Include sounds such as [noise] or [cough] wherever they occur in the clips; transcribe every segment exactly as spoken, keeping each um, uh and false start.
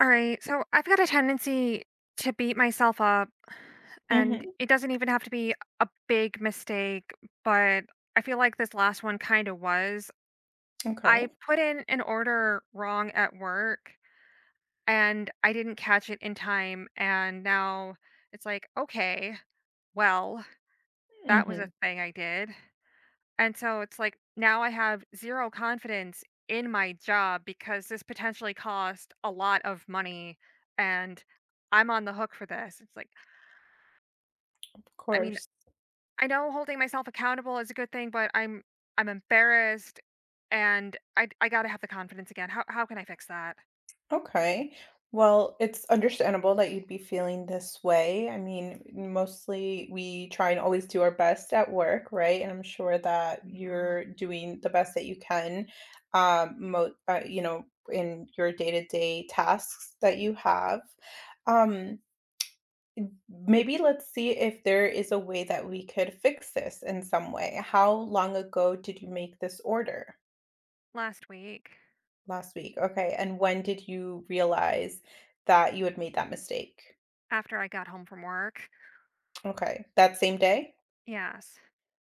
All right. So I've got a tendency to beat myself up, and Mhm. it doesn't even have to be a big mistake, but I feel like this last one kind of was. I Okay. put in an order wrong at work and I didn't catch it in time. And now it's like, okay, well, that was a Mhm. thing I did. And so it's like now I have zero confidence in my job because this potentially cost a lot of money and I'm on the hook for this. It's like Of I mean, course. I know holding myself accountable is a good thing, but I'm I'm embarrassed and I I got to have the confidence again. How how can I fix that? Okay. Well, it's understandable that you'd be feeling this way. I mean, mostly we try and always do our best at work, right? And I'm sure that Yeah. you're doing the best that you can, um, mo- uh, you know, in your day-to-day tasks that you have. Um, Maybe let's see if there is a way that we could fix this in some way. How long ago did you make this order? Last week. Last week, okay, and when did you realize that you had made that mistake? After I got home from work. Okay, that same day? Yes.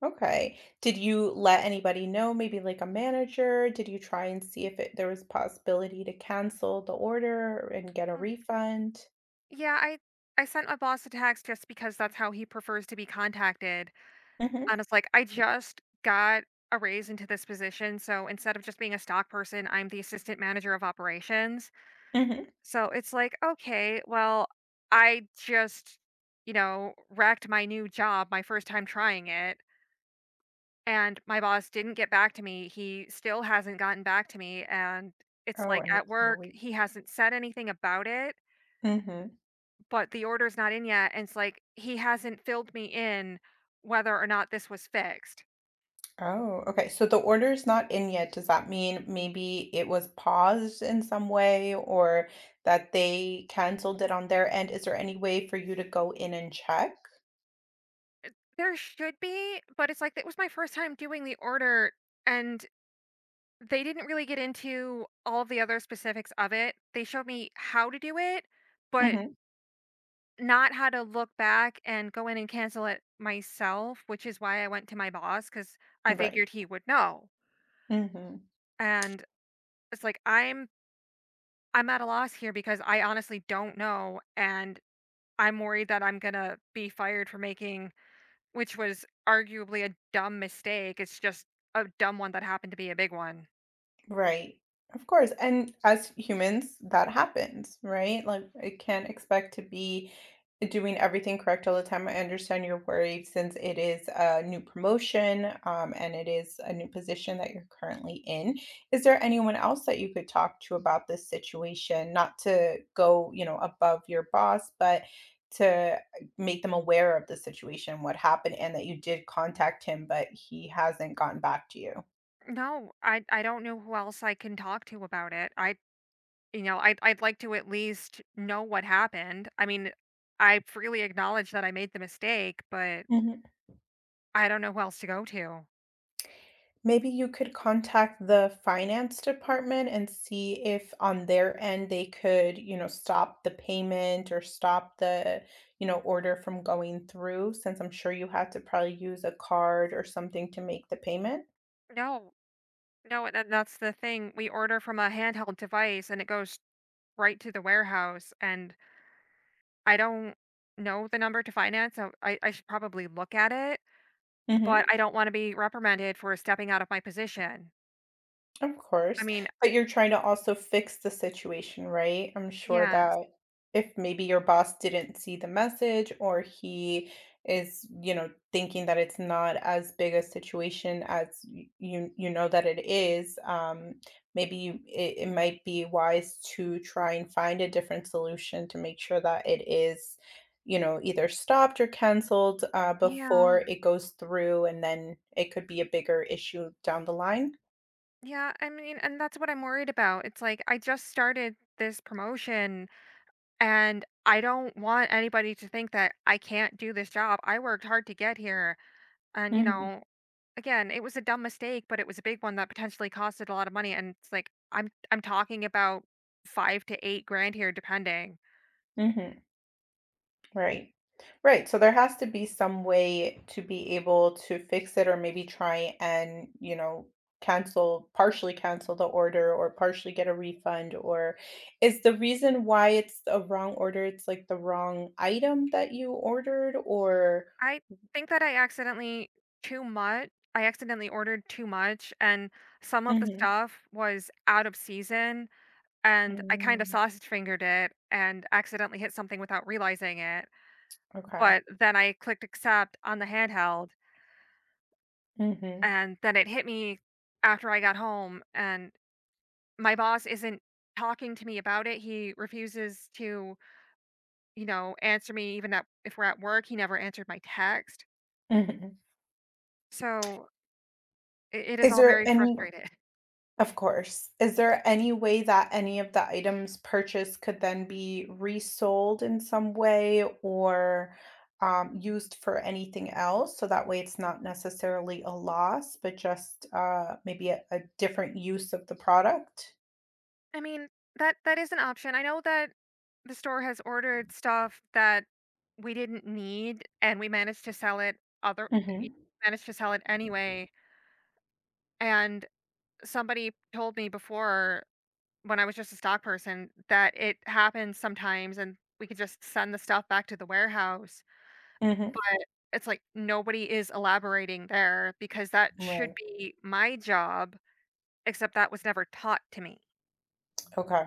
Okay. Did you let anybody know, maybe like a manager? Did you try and see if it there was a possibility to cancel the order and get a Um, refund? Yeah, I I sent my boss a text just because that's how he prefers to be contacted. Mhm, And it's like, I just got a raise into this position. So instead of just being a stock person, I'm the assistant manager of operations. mhm. So it's like, okay, well, I just, you know, wrecked my new job my first time trying it. And my boss didn't get back to me. He still hasn't gotten back to me. And it's Oh, like and at it's in a work, week. he hasn't said anything about it, Mhm. but the order's not in yet. And it's like, he hasn't filled me in whether or not this was fixed. Oh, okay, so the order's not in yet, does that mean maybe it was paused in some way or that they canceled it on their end? Is there any way for you to go in and check? There should be, but it's like that was my first time doing the order, and they didn't really get into all of the other specifics of it. They showed me how to do it, but Mhm. not how to look back and go in and cancel it myself, which is why I went to my boss because I Right. figured he would know. Mhm. And it's like I'm I'm at a loss here because I honestly don't know, and I'm worried that I'm gonna be fired for making. Which was arguably a dumb mistake, it's just a dumb one that happened to be a big one. Right. Of course. And as humans, that happens, right? Like, I can't expect to be doing everything correct all the time. I understand you're worried since it is a new promotion, um, and it is a new position that you're currently in. Is there anyone else that you could talk to about this situation? Not to go, you know, above your boss, but to make them aware of the situation, what happened, and that you did contact him, but he hasn't gotten back to you. No, I I don't know who else I can talk to about it. I you know, I I'd I'd like to at least know what happened. I mean, I freely acknowledge that I made the mistake, but Mhm. I don't know who else to go to. Maybe you could contact the finance department and see if on their end they could, you know, stop the payment or stop the, you know, order from going through, since I'm sure you had to probably use a card or something to make the payment. No, no, and that's the thing. We order from a handheld device and it goes right to the warehouse and I don't know the number to finance, so I, I should probably look at it. But Mhm. I don't wanna be reprimanded for stepping out of my position. Of I course, mean. but you're trying to also fix the situation, right? I'm sure Yes. that if maybe your boss didn't see the message or he is, you know, thinking that it's not as big a situation as y- you you know that it is, um, maybe you, it, it might be wise to try and find a different solution to make sure that it is, you know, either stopped or canceled uh, Yeah. before it goes through, and then it could be a bigger issue down the line. Yeah, I mean, and that's what I'm worried about. It's like, I just started this promotion, and I don't want anybody to think that I can't do this job. I worked hard to get here, and, you know, again, it was a dumb mistake, but it was a big one that potentially costed a lot of money, and it's like, I'm I'm talking about five to eight grand here depending. Mhm. Right. Right. So there has to be some way to be able to fix it, or maybe try and, you know, cancel, partially cancel the order or partially get a refund. Or is the reason why it's a wrong order, it's like the wrong item that you ordered, or I think that I accidentally too much. I accidentally ordered too much and some of the Mhm. stuff was out of season and I kind of Mm, sausage fingered it and accidentally hit something without realizing it. okay. But then I clicked accept on the handheld Hmm. and then it hit me after I got home and my boss isn't talking to me about it. He refuses to, you know, answer me even at, if we're at work. He never answered my text. Hmm. So it, it is Is all there very any frustrated. Of course. Is there any way that any of the items purchased could then be resold in some way or um, used for anything else? So that way it's not necessarily a loss, but just uh, maybe a, a different use of the product? I mean, that that is an option. I know that the store has ordered stuff that we didn't need and we managed to sell it other Hmm. y- managed to sell it anyway. And somebody told me before when I was just a stock person that it happens sometimes and we could just send the stuff back to the warehouse. Hmm. But it's like nobody is elaborating there because that should Right. be my job, except that was never taught to me. Okay.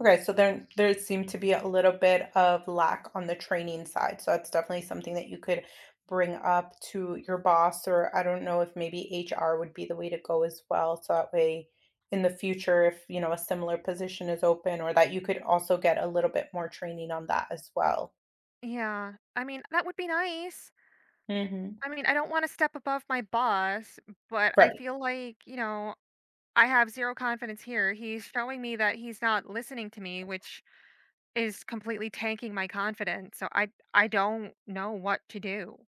Okay, so then there seemed to be a little bit of lack on the training side. So that's definitely something that you could bring up to your boss, or I don't know if maybe H R would be the way to go as well. So that way, in the future, if you know a similar position is open, or that you could also get a little bit more training on that as well. Yeah. I mean, that would be nice. Hmm. I mean, I don't wanna step above my boss, but I Right. feel like, you know, I have zero confidence here. He's showing me that he's not listening to me, which is completely tanking my confidence, so I I don't know what to do.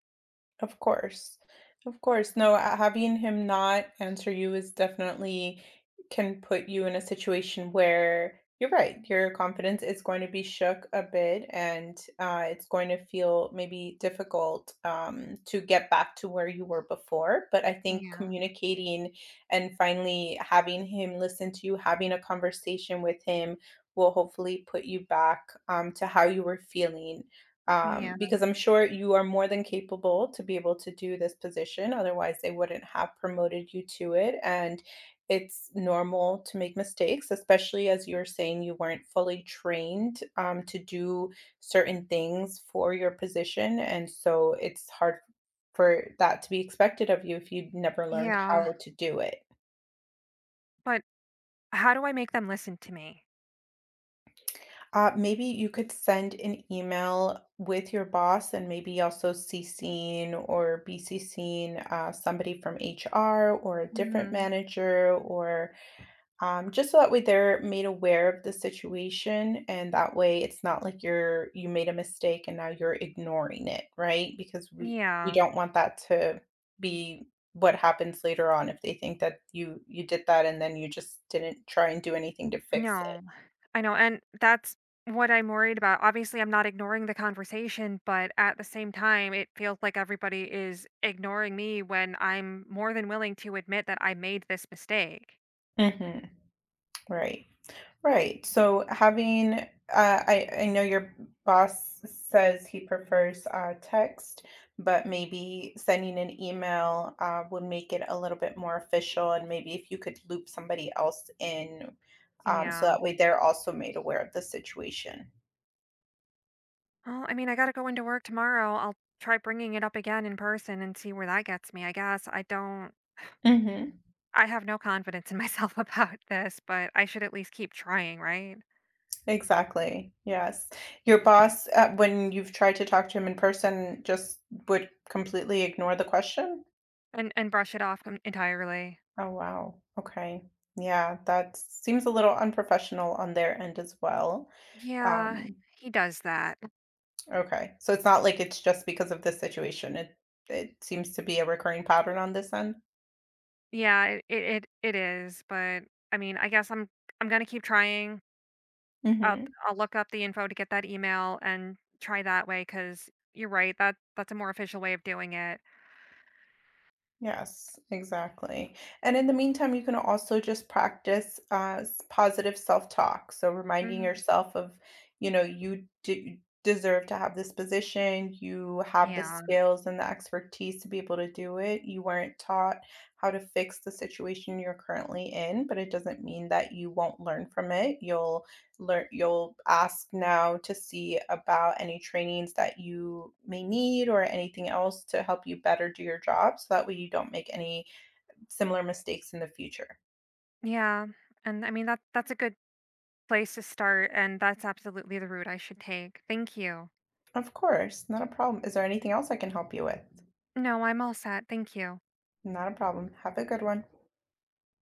Of course. Of course. No, ha having him not answer you is definitely can put you in a situation where you're right, your confidence is going to be shook a bit, and, uh, it's going to feel maybe difficult, um, to get back to where you were before, but I think Yeah. communicating and finally having him listen to you, having a conversation with him will hopefully put you back, um, to how you were feeling, um, Yeah. because I'm sure you are more than capable to be able to do this position. Otherwise, they wouldn't have promoted you to it. And it's normal to make mistakes, especially as you're saying you weren't fully trained um, to do certain things for your position. And so it's hard for that to be expected of you if you never learned how Yeah. to do it. But how do I make them listen to me? Uh, maybe you could send an email with your boss and maybe also CCing or BCCing uh, somebody from H R or a different Mhm. manager or um, just so that way they're made aware of the situation, and that way it's not like you're you made a mistake and now you're ignoring it, right? Because we you Yeah. don't want that to be what happens later on if they think that you you did that and then you just didn't try and do anything to fix No, it. I know, and that's what I'm worried about. Obviously, I'm not ignoring the conversation, but at the same time, it feels like everybody is ignoring me when I'm more than willing to admit that I made this mistake. Hmm. Right. Right. So having, uh, I I know your boss says he prefers uh, text, but maybe sending an email uh, would make it a little bit more official, and maybe if you could loop somebody else in, um, so Yeah. that way they're also made aware of the situation. Well, I mean, I gotta go into work tomorrow. I'll try bringing it up again in person and see where that gets me. I guess I don't, Mm-hmm. I have no confidence in myself [laughs] about this, but I should at least keep trying, right? Exactly. Yes. Your boss, uh, when you've tried to talk to him in person, just would completely ignore the question. And and brush it off com- entirely. Oh, wow. Okay. Yeah, that seems a little unprofessional on their end as well. Yeah, Um, he does that. okay. So it's not like it's just because of this situation. It it seems to be a recurring pattern on this end. Yeah, it it it it is, but I mean, I guess I'm I'm gonna keep trying. I'll Hmm. I'll look up the info to get that email and try that way. Because 'cause you're right, that that's a more official way of doing it. Yes, exactly. And in the meantime, you can also just practice uh, s- positive self-talk. So reminding Mhm. yourself of, you know, you do deserve to have this position. You have the Yeah. skills and the expertise to be able to do it. You weren't taught how to fix the situation you're currently in, but it doesn't mean that you won't learn from it. You'll learn, you'll ask now to see about any trainings that you may need or anything else to help you better do your job so that way you don't make any similar mistakes in the future. Yeah, and I mean, that that's a good place to start, and that's absolutely the route I should take. Thank you. Of course, not a problem. Is there anything else I can help you with? No, I'm all set, thank you. Not a problem. Have a good one.